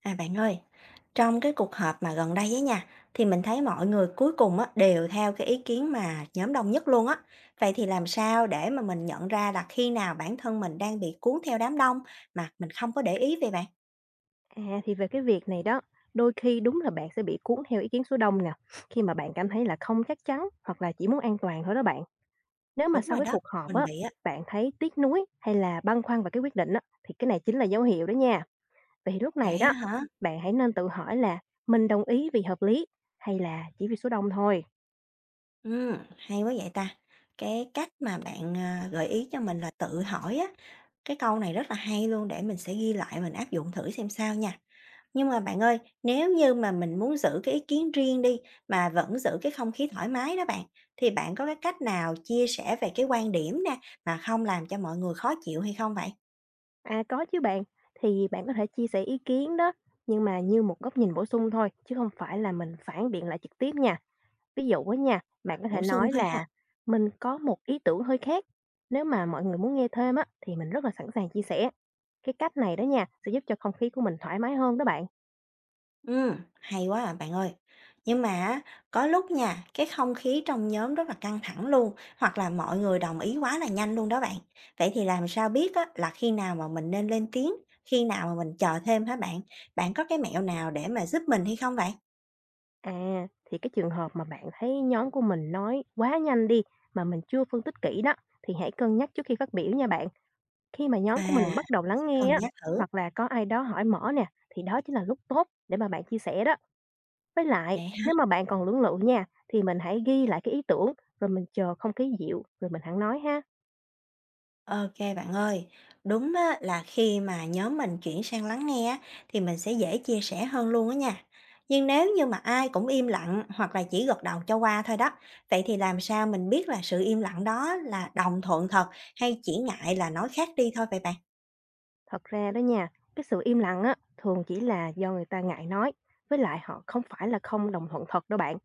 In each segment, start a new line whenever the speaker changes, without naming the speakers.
À bạn ơi, trong cái cuộc họp mà gần đây ấy nha, thì mình thấy mọi người cuối cùng á, đều theo cái ý kiến mà nhóm đông nhất luôn á. Vậy thì làm sao để mà mình nhận ra là khi nào bản thân mình đang bị cuốn theo đám đông mà mình không có để ý vậy bạn?
À, thì về cái việc này đó, đôi khi đúng là bạn sẽ bị cuốn theo ý kiến số đông nè, khi mà bạn cảm thấy là không chắc chắn hoặc là chỉ muốn an toàn thôi đó bạn. Nếu mà
Đúng
sau
rồi
cái
đó,
cuộc họp
mình
á,
bị á.
bạn thấy tiếc nuối hay là băn khoăn về cái quyết định á, thì cái này chính là dấu hiệu đó nha. Vậy thì lúc này
Vậy á
đó,
hả?
bạn hãy nên tự hỏi là mình đồng ý vì hợp lý hay là chỉ vì số đông thôi.
Ừ, hay quá vậy ta. Cái cách mà gợi ý cho mình là tự hỏi á, cái câu này rất là hay luôn để mình sẽ ghi lại mình áp dụng thử xem sao nha. Nhưng mà bạn ơi, nếu như mà mình muốn giữ cái ý kiến riêng đi, mà vẫn giữ cái không khí thoải mái đó bạn, thì bạn có cái cách nào chia sẻ về cái quan điểm nè, mà không làm cho mọi người khó chịu hay không vậy?
À có chứ bạn, thì bạn có thể chia sẻ ý kiến đó, nhưng mà như một góc nhìn bổ sung thôi, chứ không phải là mình phản biện lại trực tiếp nha. Ví dụ á nha,
Bạn
bạn có thể
bổ sung
nói
thôi ha.
là "Mình có một ý tưởng hơi khác, nếu mà mọi người muốn nghe thêm á, thì mình rất là sẵn sàng chia sẻ." Cái cách này đó nha, sẽ giúp cho không khí của mình thoải mái hơn đó bạn.
Hay quá à bạn ơi. Nhưng mà á, có lúc nha, cái không khí trong nhóm rất là căng thẳng luôn, hoặc là mọi người đồng ý quá là nhanh luôn đó bạn. Vậy thì làm sao biết á, là khi nào mà mình nên lên tiếng, khi nào mà mình chờ thêm hả bạn? Bạn có cái mẹo nào để mà giúp mình hay không vậy?
À, thì cái trường hợp mà bạn thấy nhóm của mình nói quá nhanh đi, mà mình chưa phân tích kỹ đó, thì hãy cân nhắc trước khi phát biểu nha bạn. Khi mà
À,
nhóm của mình bắt đầu
mình
lắng
sẽ cân
nghe á,
nhắc thử.
hoặc là có ai đó hỏi mở nè, thì đó chính là lúc tốt để mà bạn chia sẻ đó. Với lại,
Vậy hả?
nếu mà bạn còn lưỡng lự nha, thì mình hãy ghi lại cái ý tưởng, rồi mình chờ không khí dịu, rồi mình hẳn nói ha.
OK bạn ơi, đúng á, là khi mà nhóm mình chuyển sang lắng nghe á, thì mình sẽ dễ chia sẻ hơn luôn á nha. Nhưng nếu như mà ai cũng im lặng hoặc là chỉ gật đầu cho qua thôi đó, vậy thì làm sao mình biết là sự im lặng đó là đồng thuận thật hay chỉ ngại là nói khác đi thôi vậy bạn?
Thật ra đó nha, cái sự im lặng á, thường chỉ là do người ta ngại nói, với lại họ không phải là không đồng thuận thật đâu bạn.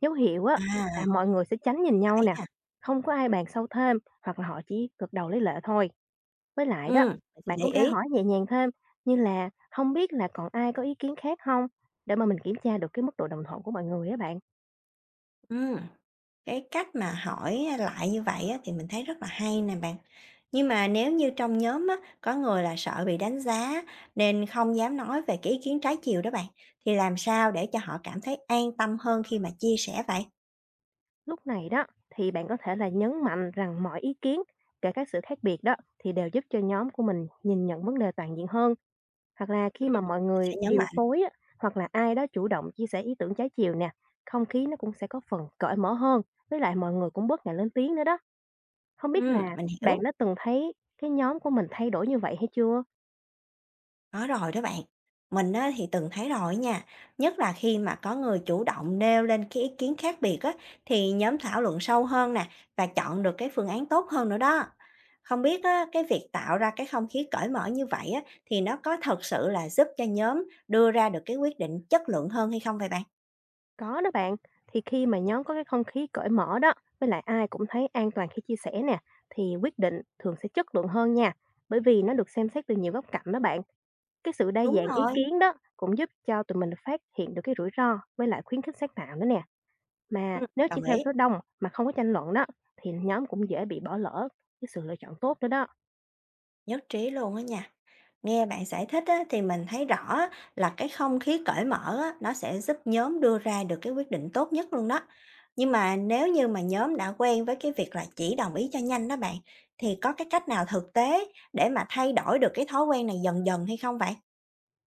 Dấu hiệu á,
À,
là mọi người sẽ tránh nhìn nhau
phải
nè,
hả?
không có ai bàn sâu thêm, hoặc là họ chỉ gật đầu lấy lệ thôi. Với lại đó,
Ừm, mình sẽ
bạn cũng
để
thể
ý.
hỏi nhẹ nhàng thêm, như là không biết là còn ai có ý kiến khác không, để mà mình kiểm tra được cái mức độ đồng thuận của mọi người á bạn.
Ừm. Cái cách mà hỏi lại như vậy á, thì mình thấy rất là hay nè bạn. Nhưng mà nếu như trong nhóm á, có người là sợ bị đánh giá nên không dám nói về cái ý kiến trái chiều đó bạn, thì làm sao để cho họ cảm thấy an tâm hơn khi mà chia sẻ vậy?
Lúc này đó thì bạn có thể là nhấn mạnh rằng mọi ý kiến, kể các sự khác biệt đó thì đều giúp cho nhóm của mình nhìn nhận vấn đề toàn diện hơn. Hoặc là
Ừ.
khi mà mọi
Mình sẽ
người
nhấn
điều
mạnh.
phối á, hoặc là ai đó chủ động chia sẻ ý tưởng trái chiều nè, không khí nó cũng sẽ có phần cởi mở hơn. Với lại mọi người cũng bớt ngại lên tiếng nữa đó. Không biết
Ừ,
là
mình
bạn
hiểu.
đã từng thấy cái nhóm của mình thay đổi như vậy hay chưa?
Có rồi đó bạn. Mình á, thì từng thấy rồi nha, nhất là khi mà có người chủ động nêu lên cái ý kiến khác biệt á, thì nhóm thảo luận sâu hơn nè và chọn được cái phương án tốt hơn nữa đó. Không biết á, cái việc tạo ra cái không khí cởi mở như vậy á, thì nó có thật sự là giúp cho nhóm đưa ra được cái quyết định chất lượng hơn hay không vậy bạn?
Có đó bạn, thì khi mà nhóm có cái không khí cởi mở đó, với lại ai cũng thấy an toàn khi chia sẻ nè, thì quyết định thường sẽ chất lượng hơn nha. Bởi vì nó được xem xét từ nhiều góc cạnh đó bạn. Cái sự đa
Đúng
dạng ý
rồi,
kiến đó cũng giúp cho tụi mình phát hiện được cái rủi ro với lại khuyến khích sáng tạo nữa nè.
ừ,
Mà nếu chỉ
đồng
theo
ý,
số đông mà không có tranh luận đó, thì nhóm cũng dễ bị bỏ lỡ cái sự lựa chọn tốt nữa đó.
nhất trí luôn á nha. Nghe bạn giải thích á, thì mình thấy rõ là cái không khí cởi mở á, nó sẽ giúp nhóm đưa ra được cái quyết định tốt nhất luôn đó. Nhưng mà nếu như mà nhóm đã quen với cái việc là chỉ đồng ý cho nhanh đó bạn, thì có cái cách nào thực tế để mà thay đổi được cái thói quen này dần dần hay không vậy?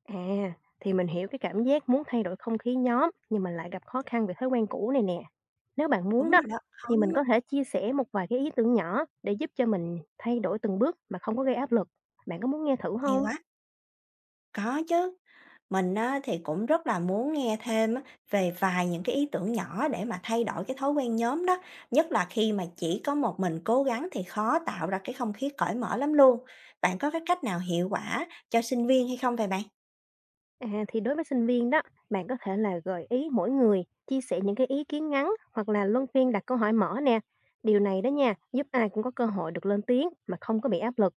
À, thì mình hiểu cái cảm giác muốn thay đổi không khí nhóm nhưng mà lại gặp khó khăn về thói quen cũ này nè. Nếu bạn muốn
Đúng
đó,
rồi đó, khó
thì mình
lắm á,
có thể chia sẻ một vài cái ý tưởng nhỏ để giúp cho mình thay đổi từng bước mà không có gây áp lực. Bạn có muốn nghe thử
hay
không?
quá. Có chứ. Mình á, thì cũng rất là muốn nghe thêm á, về vài những cái ý tưởng nhỏ để mà thay đổi cái thói quen nhóm đó, nhất là khi mà chỉ có một mình cố gắng thì khó tạo ra cái không khí cởi mở lắm luôn. Bạn có cái cách nào hiệu quả cho sinh viên hay không vậy bạn?
À, thì đối với sinh viên đó, bạn có thể là gợi ý mỗi người chia sẻ những cái ý kiến ngắn hoặc là luân phiên đặt câu hỏi mở nè. Điều này đó nha, giúp ai cũng có cơ hội được lên tiếng mà không có bị áp lực.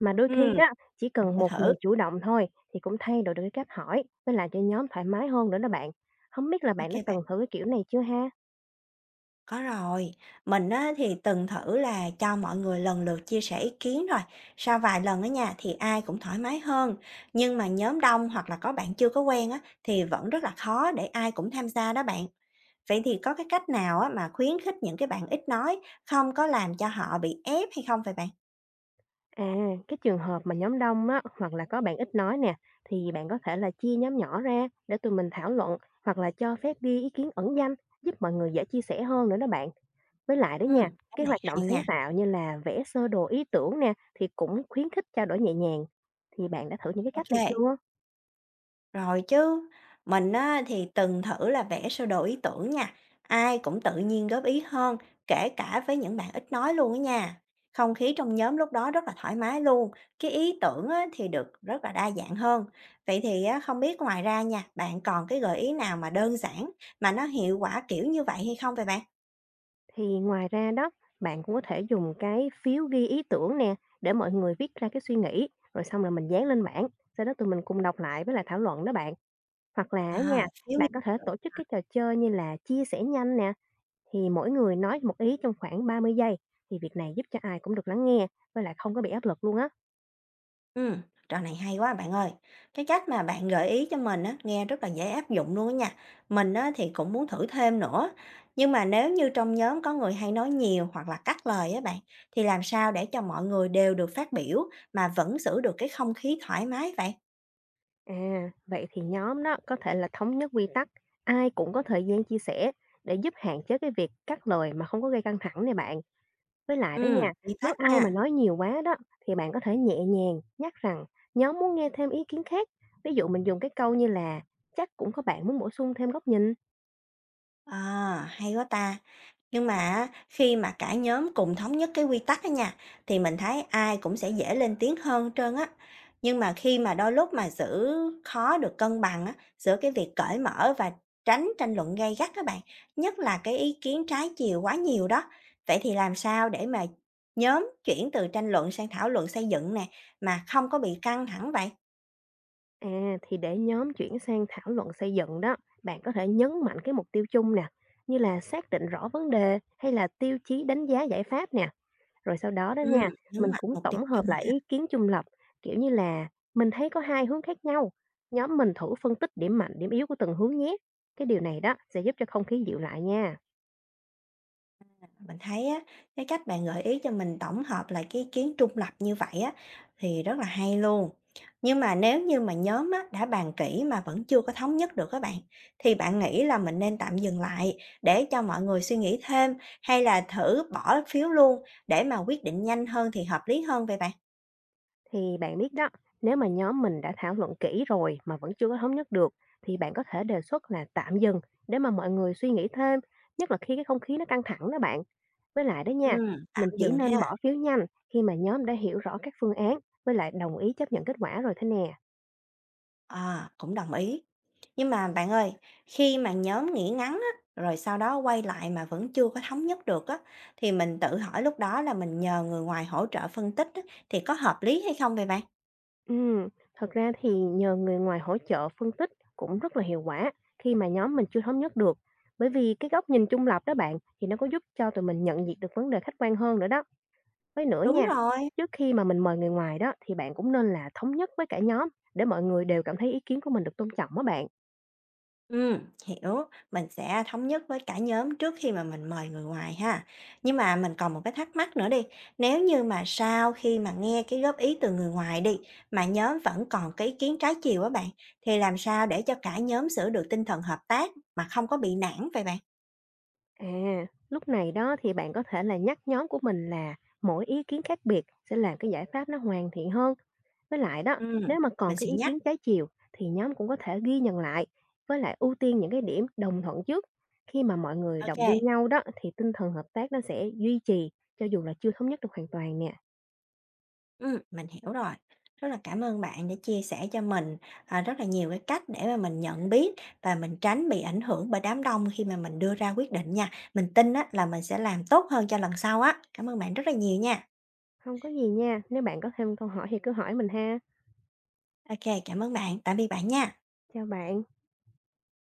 Mà đôi khi
Ừ,
đó, chỉ cần
để
một
thử.
người chủ động thôi thì cũng thay đổi được cái cách hỏi với lại cho nhóm thoải mái hơn nữa đó bạn. Không biết là bạn
OK
đã
bạn.
từng thử cái kiểu này chưa ha?
Có rồi. Mình á, thì từng thử là cho mọi người lần lượt chia sẻ ý kiến rồi. Sau vài lần ở nhà thì ai cũng thoải mái hơn. Nhưng mà nhóm đông hoặc là có bạn chưa có quen á, thì vẫn rất là khó để ai cũng tham gia đó bạn. Vậy thì có cái cách nào á mà khuyến khích những cái bạn ít nói, không có làm cho họ bị ép hay không vậy bạn?
À, cái trường hợp mà nhóm đông á, hoặc là có bạn ít nói nè, thì bạn có thể là chia nhóm nhỏ ra để tụi mình thảo luận hoặc là cho phép ghi ý kiến ẩn danh giúp mọi người dễ chia sẻ hơn nữa đó bạn. Với lại đó nha,
Ừ. Cách
cái
này
hoạt động
hay nha.
sáng tạo như là vẽ sơ đồ ý tưởng nè thì cũng khuyến khích trao đổi nhẹ nhàng. Thì bạn đã thử những cái cách này
OK,
chưa?
rồi chứ, mình á thì từng thử là vẽ sơ đồ ý tưởng nha, ai cũng tự nhiên góp ý hơn, kể cả với những bạn ít nói luôn á nha. Không khí trong nhóm lúc đó rất là thoải mái luôn, cái ý tưởng á thì được rất là đa dạng hơn. Vậy thì á không biết ngoài ra nha, bạn còn cái gợi ý nào mà đơn giản mà nó hiệu quả kiểu như vậy hay không vậy bạn?
Thì ngoài ra đó, bạn cũng có thể dùng cái phiếu ghi ý tưởng nè để mọi người viết ra cái suy nghĩ rồi xong là mình dán lên bảng, sau đó tụi mình cùng đọc lại với lại thảo luận đó bạn. Hoặc là á
À,
nha,
phiếu ghi.
bạn có thể tổ chức cái trò chơi như là chia sẻ nhanh nè, thì mỗi người nói một ý trong khoảng 30 giây, thì việc này giúp cho ai cũng được lắng nghe, với lại không có bị áp lực luôn á.
Ừm, trò này hay quá bạn ơi. Cái cách mà bạn gợi ý cho mình á, nghe rất là dễ áp dụng luôn á nha. Mình á, thì cũng muốn thử thêm nữa. Nhưng mà nếu như trong nhóm có người hay nói nhiều hoặc là cắt lời á bạn, thì làm sao để cho mọi người đều được phát biểu mà vẫn giữ được cái không khí thoải mái vậy?
À, vậy thì nhóm đó có thể là thống nhất quy tắc, ai cũng có thời gian chia sẻ để giúp hạn chế cái việc cắt lời mà không có gây căng thẳng này bạn. Với lại đó nha,
Quy
nếu
tắc
ai mà
ha.
nói nhiều quá đó, thì bạn có thể nhẹ nhàng nhắc rằng nhóm muốn nghe thêm ý kiến khác. Ví dụ mình dùng cái câu như là chắc cũng có bạn muốn bổ sung thêm góc nhìn.
À, hay quá ta. Nhưng mà á, khi mà cả nhóm cùng thống nhất cái quy tắc á nha, thì mình thấy ai cũng sẽ dễ lên tiếng hơn hết trơn á. Nhưng mà khi mà đôi lúc mà giữ khó được cân bằng á, giữa cái việc cởi mở và tránh tranh luận gay gắt các bạn, nhất là cái ý kiến trái chiều quá nhiều đó. Vậy thì làm sao để mà nhóm chuyển từ tranh luận sang thảo luận xây dựng nè, mà không có bị căng thẳng vậy?
À, thì để nhóm chuyển sang thảo luận xây dựng đó, bạn có thể nhấn mạnh cái mục tiêu chung nè, như là xác định rõ vấn đề hay là tiêu chí đánh giá giải pháp nè. Rồi sau đó đó
Ừm,
nha,
nhấn
mình
mạnh
cũng
mục tiêu
tổng
chung.
hợp lại ý kiến trung lập, kiểu như là mình thấy có hai hướng khác nhau. Nhóm mình thử phân tích điểm mạnh, điểm yếu của từng hướng nhé. Cái điều này đó sẽ giúp cho không khí dịu lại nha.
Mình thấy á, cái cách bạn gợi ý cho mình tổng hợp lại cái ý kiến trung lập như vậy á, thì rất là hay luôn. Nhưng mà nếu như mà nhóm á, đã bàn kỹ mà vẫn chưa có thống nhất được các bạn, thì bạn nghĩ là mình nên tạm dừng lại để cho mọi người suy nghĩ thêm hay là thử bỏ phiếu luôn để mà quyết định nhanh hơn thì hợp lý hơn vậy bạn?
Thì bạn biết đó, nếu mà nhóm mình đã thảo luận kỹ rồi mà vẫn chưa có thống nhất được thì bạn có thể đề xuất là tạm dừng để mà mọi người suy nghĩ thêm, nhất là khi cái không khí nó căng thẳng đó bạn. Với lại đó
Ừ.
nha,
Tạm
mình chỉ
dừng
nên
ha.
bỏ phiếu nhanh khi mà nhóm đã hiểu rõ các phương án với lại đồng ý chấp nhận kết quả rồi thế nè.
À, cũng đồng ý. Nhưng mà bạn ơi, khi mà nhóm nghỉ ngắn á, rồi sau đó quay lại mà vẫn chưa có thống nhất được á, thì mình tự hỏi lúc đó là mình nhờ người ngoài hỗ trợ phân tích á, thì có hợp lý hay không vậy bạn?
Ừ, thật ra thì nhờ người ngoài hỗ trợ phân tích cũng rất là hiệu quả khi mà nhóm mình chưa thống nhất được. Bởi vì cái góc nhìn trung lập đó bạn thì nó có giúp cho tụi mình nhận diện được vấn đề khách quan hơn nữa đó. Với nữa
Đúng
nha,
rồi.
trước khi mà mình mời người ngoài đó thì bạn cũng nên là thống nhất với cả nhóm để mọi người đều cảm thấy ý kiến của mình được tôn trọng đó bạn.
Ừm, hiểu, mình sẽ thống nhất với cả nhóm trước khi mà mình mời người ngoài ha. Nhưng mà mình còn một cái thắc mắc nữa đi, nếu như mà sau khi mà nghe cái góp ý từ người ngoài đi, mà nhóm vẫn còn cái ý kiến trái chiều á bạn, thì làm sao để cho cả nhóm giữ được tinh thần hợp tác mà không có bị nản vậy bạn?
À, lúc này đó thì bạn có thể là nhắc nhóm của mình là mỗi ý kiến khác biệt sẽ làm cái giải pháp nó hoàn thiện hơn. Với lại đó,
Ừm,
nếu mà còn
mình
cái
sẽ
ý
nhắc.
kiến trái chiều thì nhóm cũng có thể ghi nhận lại với lại ưu tiên những cái điểm đồng thuận trước. Khi mà mọi người động
OK.
viên nhau đó thì tinh thần hợp tác nó sẽ duy trì cho dù là chưa thống nhất được hoàn toàn nè.
Mình hiểu rồi. Rất là cảm ơn bạn đã chia sẻ cho mình, à, rất là nhiều cái cách để mà mình nhận biết và mình tránh bị ảnh hưởng bởi đám đông khi mà mình đưa ra quyết định nha. Mình tin á là mình sẽ làm tốt hơn cho lần sau á. Cảm ơn bạn rất là nhiều nha.
Không có gì nha, nếu bạn có thêm câu hỏi thì cứ hỏi mình ha.
OK, cảm ơn bạn. Tạm biệt bạn nha.
Chào bạn.